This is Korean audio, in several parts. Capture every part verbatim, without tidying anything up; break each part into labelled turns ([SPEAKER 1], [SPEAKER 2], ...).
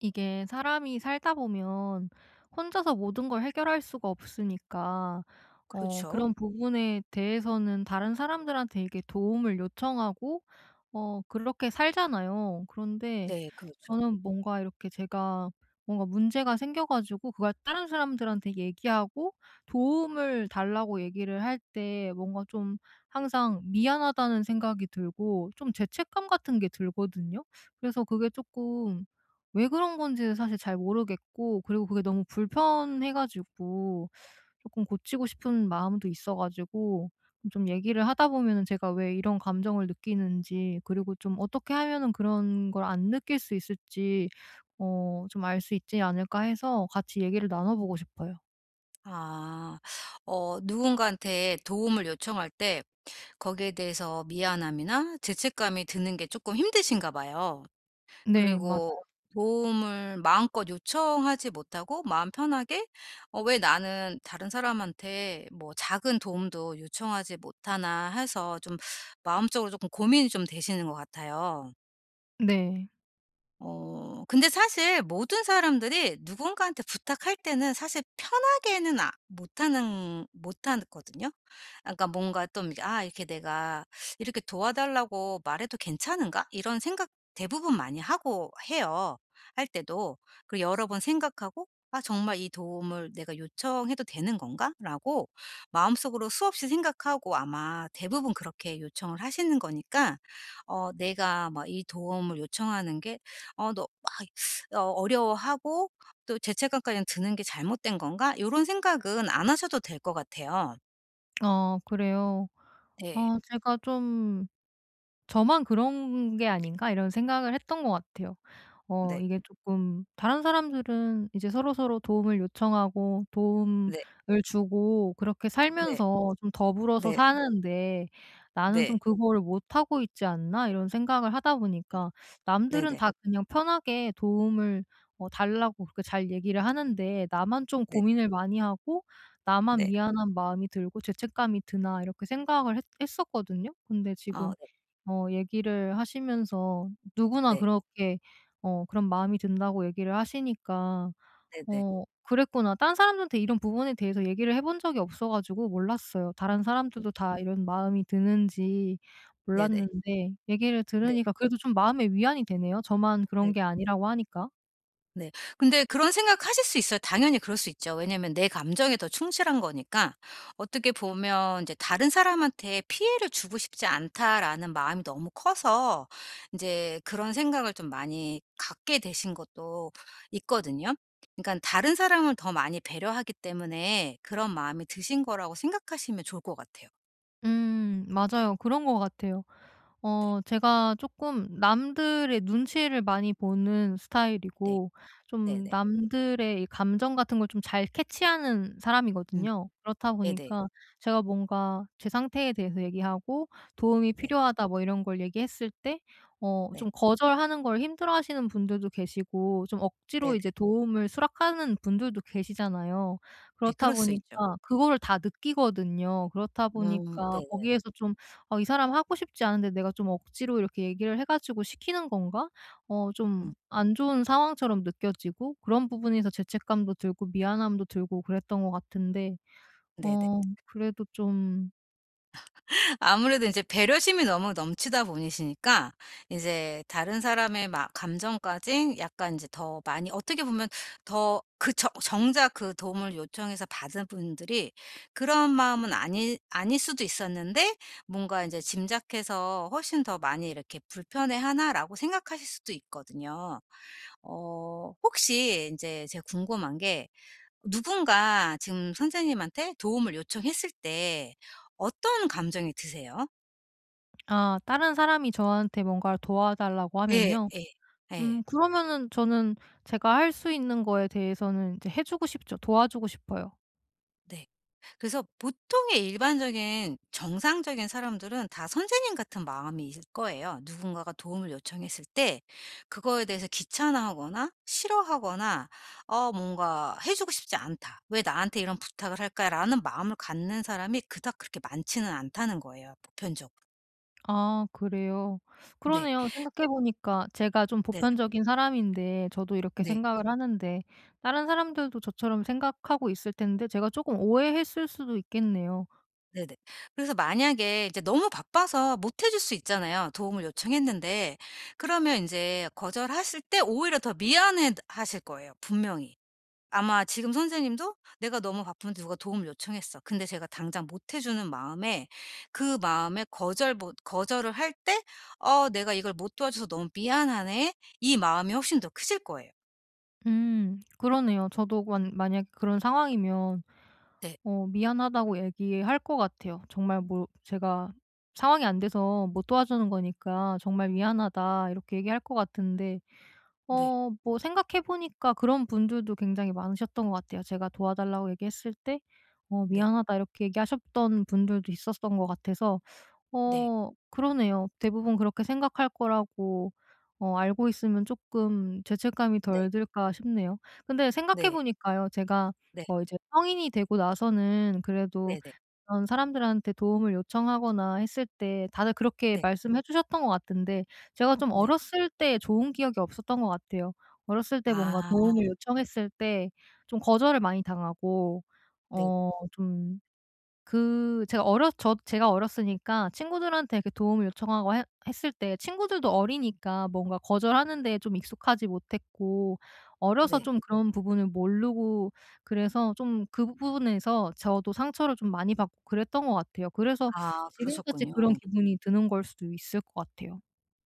[SPEAKER 1] 이게 사람이 살다 보면 혼자서 모든 걸 해결할 수가 없으니까 어
[SPEAKER 2] 그렇죠.
[SPEAKER 1] 그런 부분에 대해서는 다른 사람들한테 이게 도움을 요청하고 어 그렇게 살잖아요. 그런데
[SPEAKER 2] 네 그렇죠.
[SPEAKER 1] 저는 뭔가 이렇게 제가 뭔가 문제가 생겨 가지고 그걸 다른 사람들한테 얘기하고 도움을 달라고 얘기를 할 때 뭔가 좀 항상 미안하다는 생각이 들고 좀 죄책감 같은 게 들거든요. 그래서 그게 쪼끔 왜 그런 건지는 사실 잘 모르겠고, 그리고 그게 너무 불편해 가지고 조금 고치고 싶은 마음도 있어 가지고, 좀 얘기를 하다 보면은 제가 왜 이런 감정을 느끼는지, 그리고 좀 어떻게 하면은 그런 걸 안 느낄 수 있을지 어 좀 알 수 있지 않을까 해서 같이 얘기를 나눠 보고 싶어요.
[SPEAKER 2] 아. 어 누군가한테 도움을 요청할 때 거기에 대해서 미안함이나 죄책감이 드는 게 조금 힘드신가 봐요.
[SPEAKER 1] 네, 맞아요.
[SPEAKER 2] 그리고 도움을 마음껏 요청하지 못하고 마음 편하게 '어 왜 나는 다른 사람한테 뭐 작은 도움도 요청하지 못하나.' 해서 좀 마음적으로 조금 고민이 좀 되시는 것 같아요.
[SPEAKER 1] 네.
[SPEAKER 2] 어 근데 사실 모든 사람들이 누군가한테 부탁할 때는 사실 편하게는 아 못하는 못하거든요. 그러니까 뭔가 좀 이게 '아 이렇게 내가 이렇게 도와달라고 말해도 괜찮은가?' 이런 생각 대부분 많이 하고 해요, 할 때도. 그리고 여러 번 생각하고 '아 정말 이 도움을 내가 요청해도 되는 건가?'라고 마음속으로 수없이 생각하고 아마 대부분 그렇게 요청을 하시는 거니까 어 내가 막 이 도움을 요청하는 게 어 너 막 어 어려워하고 또 죄책감까지 드는 '게 잘못된 건가?' 이런 생각은 안 하셔도 될 것 같아요.
[SPEAKER 1] 아, 그래요?
[SPEAKER 2] 네.
[SPEAKER 1] 아, 제가 좀 '저만 그런 게 아닌가?' 이런 생각을 했던 것 같아요. 어
[SPEAKER 2] 네.
[SPEAKER 1] 이게 조금, 다른 사람들은 이제 서로서로 도움을 요청하고 도움을
[SPEAKER 2] 네.
[SPEAKER 1] 주고 그렇게
[SPEAKER 2] 네.
[SPEAKER 1] 살면서 좀 더불어서
[SPEAKER 2] 네.
[SPEAKER 1] 사는데 '나는 좀
[SPEAKER 2] 네.
[SPEAKER 1] 그거를 못하고 있지 않나?' 이런 생각을 하다 보니까,
[SPEAKER 2] 네네.
[SPEAKER 1] 남들은
[SPEAKER 2] 네.
[SPEAKER 1] 다 그냥 편하게 도움을 어 달라고 그렇게 잘 얘기를 하는데, 나만 좀
[SPEAKER 2] 네.
[SPEAKER 1] 고민을 많이 하고 나만
[SPEAKER 2] 네,
[SPEAKER 1] 미안한 마음이 들고 죄책감이 드나 이렇게 생각을 했 했었거든요. 근데
[SPEAKER 2] 어
[SPEAKER 1] 지금
[SPEAKER 2] 네.
[SPEAKER 1] 어 얘기를 하시면서 누구나
[SPEAKER 2] 네.
[SPEAKER 1] 그렇게 어 그런 마음이 든다고 얘기를 하시니까
[SPEAKER 2] 네네.
[SPEAKER 1] 어 그랬구나. 딴 사람들한테 이런 부분에 대해서 얘기를 해본 적이 없어 가지고 몰랐어요. 다른 사람들도 다 이런 마음이 드는지
[SPEAKER 2] 네네.
[SPEAKER 1] 몰랐는데 얘기를
[SPEAKER 2] 네. 네. 네,
[SPEAKER 1] 들으니까 그래도 좀 마음의 위안이 되네요. 저만
[SPEAKER 2] 네.
[SPEAKER 1] 그런 게 아니라고 하니까.
[SPEAKER 2] 네. 근데 그런 생각하실 수 있어요. 당연히 그럴 수 있죠. 왜냐면 내 감정에 더 충실한 거니까 어떻게 보면 이제 '다른 사람한테 피해를 주고 싶지 않다.'라는 마음이 너무 커서 이제 그런 생각을 좀 많이 갖게 되신 것도 있거든요. 그러니까 다른 사람을 더 많이 배려하기 때문에 그런 마음이 드신 거라고 생각하시면 좋을 것 같아요.
[SPEAKER 1] 음, 맞아요. 그런 것 같아요.
[SPEAKER 2] 네.
[SPEAKER 1] 어 제가 조금 남들의 눈치를 많이 보는
[SPEAKER 2] 네.
[SPEAKER 1] 스타일이고, 좀
[SPEAKER 2] 네네.
[SPEAKER 1] 남들의 이 감정 같은 걸 좀 잘 캐치하는
[SPEAKER 2] 음.
[SPEAKER 1] 사람이거든요. 그렇다
[SPEAKER 2] 네네.
[SPEAKER 1] 보니까 제가 뭔가 제 상태에 대해서 얘기하고 "도움이
[SPEAKER 2] 네.
[SPEAKER 1] 필요하다." 뭐 이런 걸 얘기했을 때 어
[SPEAKER 2] 네.
[SPEAKER 1] 좀 거절하는 걸 힘들어하시는 분들도 계시고, 좀
[SPEAKER 2] 네네.
[SPEAKER 1] 억지로 이제 도움을 수락하는 분들도 계시잖아요.
[SPEAKER 2] 네,
[SPEAKER 1] 그렇다
[SPEAKER 2] 그럴 수 있죠.
[SPEAKER 1] 보니까 그거를 다 느끼거든요. 그렇다
[SPEAKER 2] 음.
[SPEAKER 1] 보니까
[SPEAKER 2] 네네.
[SPEAKER 1] 거기에서 좀 '어 이 사람 하고 싶지 않은데 내가 좀 억지로 이렇게 얘기를 해 가지고 시키는 건가?' 어 좀
[SPEAKER 2] 음.
[SPEAKER 1] 안 좋은 상황처럼 느껴지고, 그런 부분에서 죄책감도 들고 미안함도 들고 그랬던 것 같은데
[SPEAKER 2] 네네.
[SPEAKER 1] 어 그래도 좀.
[SPEAKER 2] 아무래도 이제 배려심이 너무 넘치다 보이시니까 이제 다른 사람의 막 감정까지 약간 이제 더 많이 어떻게 보면 더 그 정작 그 도움을 요청해서 받은 분들이 그런 마음은 아니 아닐 수도 있었는데 뭔가 이제 짐작해서 '훨씬 더 많이 이렇게 불편해하나?'라고 생각하실 수도 있거든요. 어 혹시 인제 제가 궁금한 게 누군가 지금 선생님한테 도움을 요청했을 때 어떤 감정이 드세요?
[SPEAKER 1] 아, 다른 사람이 저한테 뭔가를 도와달라고
[SPEAKER 2] 예
[SPEAKER 1] 하면요.
[SPEAKER 2] 예. 예.
[SPEAKER 1] 음 그러면은 저는 제가 할 수 있는 거에 대해서는 이제 해 주고 싶죠. 도와주고 싶어요.
[SPEAKER 2] 네. 그래서 보통의 일반적인 정상적인 사람들은 다 선생님 같은 마음이 있을 거예요. 누군가가 도움을 요청했을 때 그거에 대해서 귀찮아하거나 싫어하거나 어 뭔가 '해 주고 싶지 않다. 왜 나한테 이런 부탁을 할까?'라는 마음을 갖는 사람이 그닥 그렇게 많지는 않다는 거예요 보편적으로.
[SPEAKER 1] 아, 그래요.
[SPEAKER 2] 네.
[SPEAKER 1] 그러네요. 생각해 보니까 제가 좀
[SPEAKER 2] 네.
[SPEAKER 1] 보편적인 사람인데 저도 이렇게
[SPEAKER 2] 네.
[SPEAKER 1] 생각을 하는데, 다른 사람들도 저처럼 생각하고 있을 텐데 제가 조금 오해했을 수도 있겠네요.
[SPEAKER 2] 네네. 그래서 만약에 이제 너무 바빠서 못해줄 수 있잖아요, 도움을 요청했는데. 그러면 이제 거절하실 때 오히려 더 미안해 하실 거예요, 분명히. 아마 지금 선생님도 '내가 너무 바쁜데 누가 도움을 요청했어. 근데 제가 당장 못해 주는 마음에 그 마음에 거절 못 거절을 할 때 '어 내가 이걸 못 도와줘서 너무 미안하네.' 이 마음이 훨씬 더 크실 거예요.
[SPEAKER 1] 음, 그러네요. 저도 만 만약에 그런 상황이면
[SPEAKER 2] 네.
[SPEAKER 1] 어 미안하다고 얘기할 것 같아요. 정말 뭐 제가 상황이 안 돼서 못 도와주는 거니까 "정말 미안하다." 이렇게 얘기할 것 같은데,
[SPEAKER 2] 네.
[SPEAKER 1] 어 뭐 생각해 보니까 그런 분들도 굉장히 많으셨던 것 같아요. 제가 도와달라고 얘기했을 때 "어
[SPEAKER 2] 네.
[SPEAKER 1] 미안하다." 이렇게 얘기하셨던 분들도 있었던 것 같아서
[SPEAKER 2] 네.
[SPEAKER 1] 어 그러네요. 대부분 그렇게 생각할 거라고 어 알고 있으면 조금 죄책감이
[SPEAKER 2] 네.
[SPEAKER 1] 덜 들까 싶네요. 근데 생각해
[SPEAKER 2] 네.
[SPEAKER 1] 보니까요, 제가
[SPEAKER 2] 네.
[SPEAKER 1] 뭐 이제 성인이 되고 나서는 그래도
[SPEAKER 2] 네네. 네.
[SPEAKER 1] 그런 사람들한테 도움을 요청하거나 했을 때 다들 그렇게
[SPEAKER 2] 네.
[SPEAKER 1] 말씀해 주셨던 것 같은데, 제가 좀
[SPEAKER 2] 네.
[SPEAKER 1] 어렸을 때 좋은 기억이 없었던 것 같아요. 어렸을 때 뭔가
[SPEAKER 2] 아
[SPEAKER 1] 도움을 요청했을 때 좀 거절을 많이 당하고,
[SPEAKER 2] 네
[SPEAKER 1] 어좀 그 제가 어렸 저 제가 어렸으니까 친구들한테 그 도움을 요청하고 해 했을 때, 친구들도 어리니까 뭔가 거절하는 데에 좀 익숙하지 못했고, 어려서
[SPEAKER 2] 네.
[SPEAKER 1] 좀 그런 부분을 모르고, 그래서 좀 그 부분에서 저도 상처를 좀 많이 받고 그랬던 것 같아요. 그래서
[SPEAKER 2] 아
[SPEAKER 1] 지금까지
[SPEAKER 2] 그러셨군요.
[SPEAKER 1] 그런 기분이 드는 걸 수도 있을 것 같아요.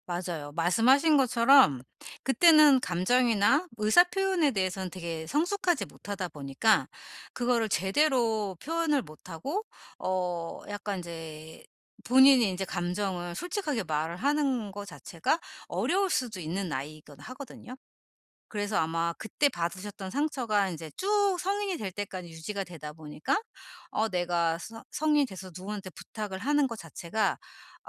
[SPEAKER 2] 맞아요. 말씀하신 것처럼 그때는 감정이나 의사 표현에 대해서는 되게 성숙하지 못하다 보니까 그거를 제대로 표현을 못하고 어 약간 인제 본인이 인제 감정을 솔직하게 말을 하는 거 자체가 어려울 수도 있는 나이이긴 하거든요. 그래서 아마 그때 받으셨던 상처가 이제 쭉 성인이 될 때까지 유지가 되다 보니까 어 내가 서 성인이 돼서 누구한테 부탁을 하는 것 자체가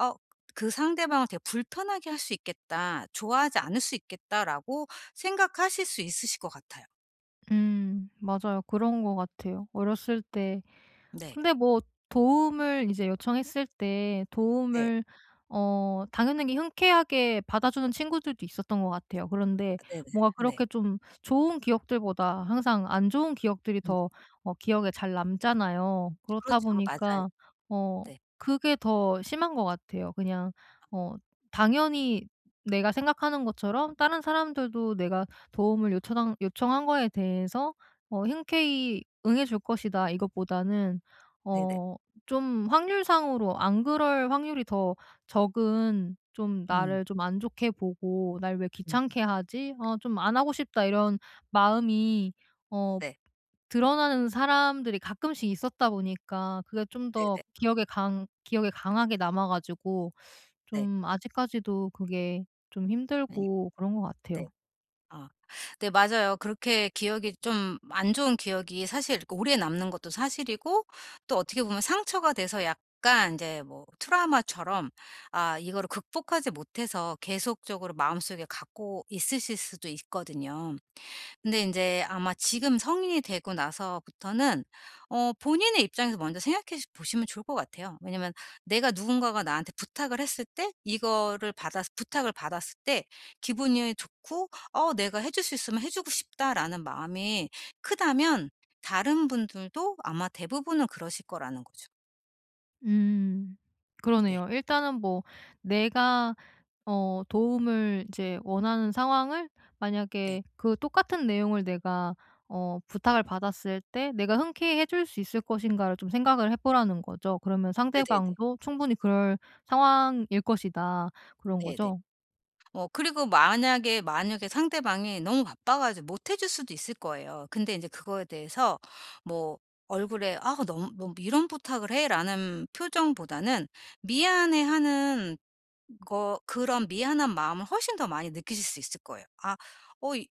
[SPEAKER 2] 어 그 상대방을 되게 '불편하게 할 수 있겠다. 좋아하지 않을 수 있겠다.'라고 생각하실 수 있으실 것 같아요.
[SPEAKER 1] 음, 맞아요. 그런 것 같아요, 어렸을 때.
[SPEAKER 2] 네.
[SPEAKER 1] 근데 뭐 도움을 이제 요청했을 때
[SPEAKER 2] 네.
[SPEAKER 1] 도움을 어 당연하게 흔쾌하게 받아주는 친구들도 있었던 것 같아요. 그런데
[SPEAKER 2] 네네. 네.
[SPEAKER 1] 뭔가
[SPEAKER 2] 네. 네.
[SPEAKER 1] 그렇게 좀 좋은 기억들보다 항상 안 좋은 기억들이
[SPEAKER 2] 음.
[SPEAKER 1] 더 어 기억에 잘 남잖아요. 그렇다
[SPEAKER 2] 그렇죠. 맞아요.
[SPEAKER 1] 보니까 어
[SPEAKER 2] 네.
[SPEAKER 1] 그게 더 심한 것 같아요. 그냥 어 당연히 내가 생각하는 것처럼 다른 사람들도 내가 도움을 요청한 요청한 거에 대해서 어 흔쾌히 응해 줄 것이다, 이것보다는
[SPEAKER 2] 네네.
[SPEAKER 1] 어 좀 확률상으로 안 그럴 확률이 더 적은, 좀
[SPEAKER 2] 음.
[SPEAKER 1] 나를 좀 안 좋게 보고 '날 왜
[SPEAKER 2] 음.
[SPEAKER 1] 귀찮게 하지? 어 좀 안 하고 싶다.' 이런 마음이 어
[SPEAKER 2] 네.
[SPEAKER 1] 드러나는 사람들이 가끔씩 있었다 보니까, 그게 좀 더
[SPEAKER 2] 네네.
[SPEAKER 1] 기억에 강 기억에 강하게 남아 가지고
[SPEAKER 2] 네.
[SPEAKER 1] 좀 아직까지도 그게 좀
[SPEAKER 2] 네. 네.
[SPEAKER 1] 힘들고 그런 것
[SPEAKER 2] 네.
[SPEAKER 1] 같아요.
[SPEAKER 2] 아. 네 맞아요. 그렇게 기억이 좀 안 좋은 기억이 사실 오래 남는 것도 사실이고 또 어떻게 보면 상처가 돼서 약간 이제 뭐 트라우마처럼 아 이거를 극복하지 못해서 계속적으로 마음속에 갖고 있으실 수도 있거든요. 근데 인제 아마 지금 성인이 되고 나서부터는 어 본인의 입장에서 먼저 생각해 보시면 좋을 것 같아요. 왜냐면 내가 누군가가 나한테 부탁을 했을 때 이거를 받아서 부탁을 받았을 때 기분이 좋고 '어 내가 해줄 수 있으면 해 주고 싶다.'라는 마음이 크다면 다른 분들도 아마 대부분은 그러실 거라는 거죠.
[SPEAKER 1] 음.
[SPEAKER 2] 네.
[SPEAKER 1] 그러네요. 일단은 뭐 내가 어 도움을 이제 원하는 상황을,
[SPEAKER 2] 네.
[SPEAKER 1] 만약에 그 똑같은 내용을 내가 어 부탁을 받았을 때 '내가 흔쾌히 해줄 수 있을 것인가.'를 좀 생각을 해 보라는 거죠. 그러면
[SPEAKER 2] 네네네.
[SPEAKER 1] 상대방도 충분히 그럴 상황일 것이다. 그런
[SPEAKER 2] 네네.
[SPEAKER 1] 거죠?
[SPEAKER 2] 어 그리고 만약에, 만약에 상대방이 너무 바빠 가지고 못해줄 수도 있을 거예요. 근데 이제 그거에 대해서 뭐 얼굴에 "아 너무 너 이런 부탁을 해?"라는 표정보다는 미안해하는 거 그런 미안한 마음을 훨씬 더 많이 느끼실 수 있을 거예요. '아 어 이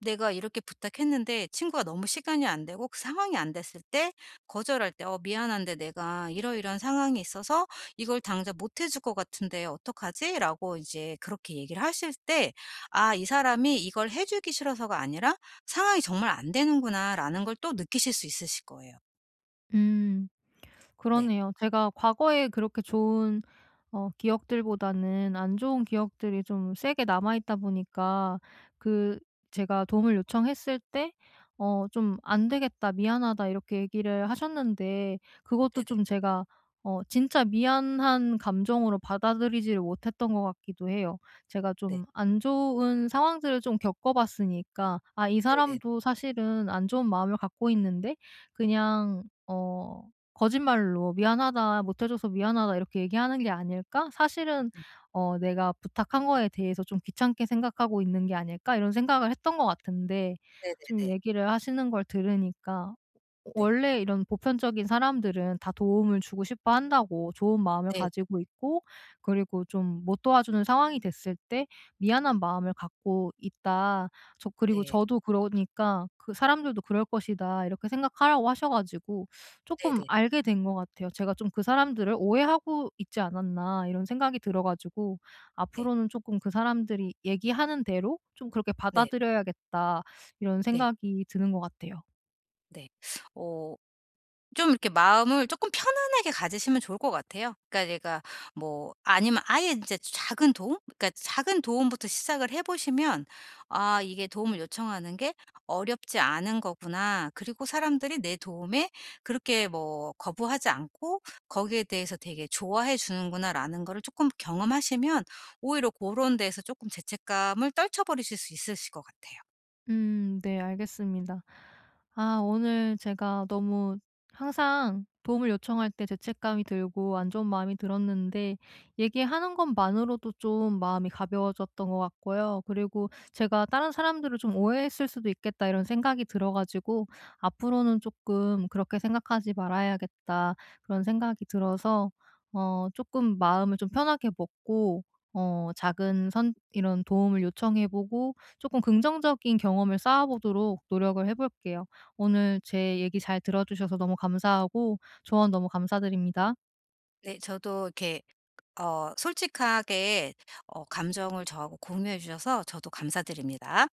[SPEAKER 2] 내가 이렇게 부탁했는데 친구가 너무 시간이 안 되고 그 상황이 안 됐을 때 거절할 때 '어 미안한데 내가 이러이러한 상황이 있어서 이걸 당장 못해줄 것 같은데 어떡하지?'라고 이제 그렇게 얘기를 하실 때 '아 이 사람이 이걸 해 주기 싫어서가 아니라 상황이 정말 안 되는구나.'라는 걸 또 느끼실 수 있으실 거예요.
[SPEAKER 1] 음.
[SPEAKER 2] 네.
[SPEAKER 1] 그러네요. 제가 과거에 그렇게 좋은 어 기억들보다는 안 좋은 기억들이 좀 세게 남아 있다 보니까, 그 제가 도움을 요청했을 때 어 좀 "안 되겠다. 미안하다." 이렇게 얘기를 하셨는데, 그것도
[SPEAKER 2] 네네.
[SPEAKER 1] 좀 제가 어 진짜 미안한 감정으로 받아들이지를 못했던 것 같기도 해요. 제가
[SPEAKER 2] 네.
[SPEAKER 1] 좀 안 좋은 상황들을 좀 겪어 봤으니까 '아, 이
[SPEAKER 2] 네네.
[SPEAKER 1] 사람도 사실은 안 좋은 마음을 갖고 있는데 그냥 어 거짓말로 "미안하다. 못해 줘서 미안하다." 이렇게 얘기하는 게 아닐까? 사실은 어 내가 부탁한 거에 대해서 좀 귀찮게 생각하고 있는 게 아닐까?' 이런 생각을 했던 것 같은데, 좀
[SPEAKER 2] 네네네.
[SPEAKER 1] 얘기를 하시는 걸 들으니까
[SPEAKER 2] 네.
[SPEAKER 1] 원래 이런 보편적인 사람들은 다 도움을 주고 싶어 한다고, 좋은 마음을
[SPEAKER 2] 네.
[SPEAKER 1] 가지고 있고, 그리고 좀 못 도와주는 상황이 됐을 때 "미안한 마음을 갖고 있다. 저 그리고
[SPEAKER 2] 네.
[SPEAKER 1] 저도 그러니까 그 사람들도 그럴 것이다." 이렇게 생각하라고 하셔 가지고
[SPEAKER 2] 네.
[SPEAKER 1] 조금
[SPEAKER 2] 네네.
[SPEAKER 1] 알게 된 것 같아요. 제가 좀 '그 사람들을 오해하고 있지 않았나.' 이런 생각이 들어 가지고
[SPEAKER 2] 네.
[SPEAKER 1] '앞으로는 조금 그 사람들이 얘기하는 대로 좀 그렇게
[SPEAKER 2] 네.
[SPEAKER 1] 받아들여야겠다.' 이런
[SPEAKER 2] 네.
[SPEAKER 1] 생각이 드는 것 같아요.
[SPEAKER 2] 네. 어 좀 이렇게 마음을 조금 편안하게 가지시면 좋을 것 같아요. 그러니까 가뭐 아니면 아예 이제 작은 도움? 그러니까 작은 도움부터 시작을 해 보시면 '아 이게 도움을 요청하는 게 어렵지 않은 거구나.' 그리고 사람들이 내 도움에 그렇게 뭐 거부하지 않고 '거기에 대해서 되게 좋아해 주는구나.'라는 거를 조금 경험하시면 오히려 그런 데에서 조금 죄책감을 떨쳐버리실 수 있으실 것 같아요.
[SPEAKER 1] 음, 네, 알겠습니다. 아, 오늘 제가 너무 항상 도움을 요청할 때 죄책감이 들고 안 좋은 마음이 들었는데, 얘기하는 것만으로도 좀 마음이 가벼워졌던 것 같고요. 그리고 제가 '다른 사람들을 좀 오해했을 수도 있겠다.' 이런 생각이 들어 가지고 '앞으로는 조금 그렇게 생각하지 말아야겠다.' 그런 생각이 들어서 어 조금 마음을 좀 편하게 먹고 어 작은 선 이런 도움을 요청해 보고 조금 긍정적인 경험을 쌓아보도록 노력을 해 볼게요. 오늘 제 얘기 잘 들어 주셔서 너무 감사하고 조언 너무 감사드립니다.
[SPEAKER 2] 네. 저도 이렇게 어 솔직하게 어 감정을 저하고 공유해 주셔서 저도 감사드립니다.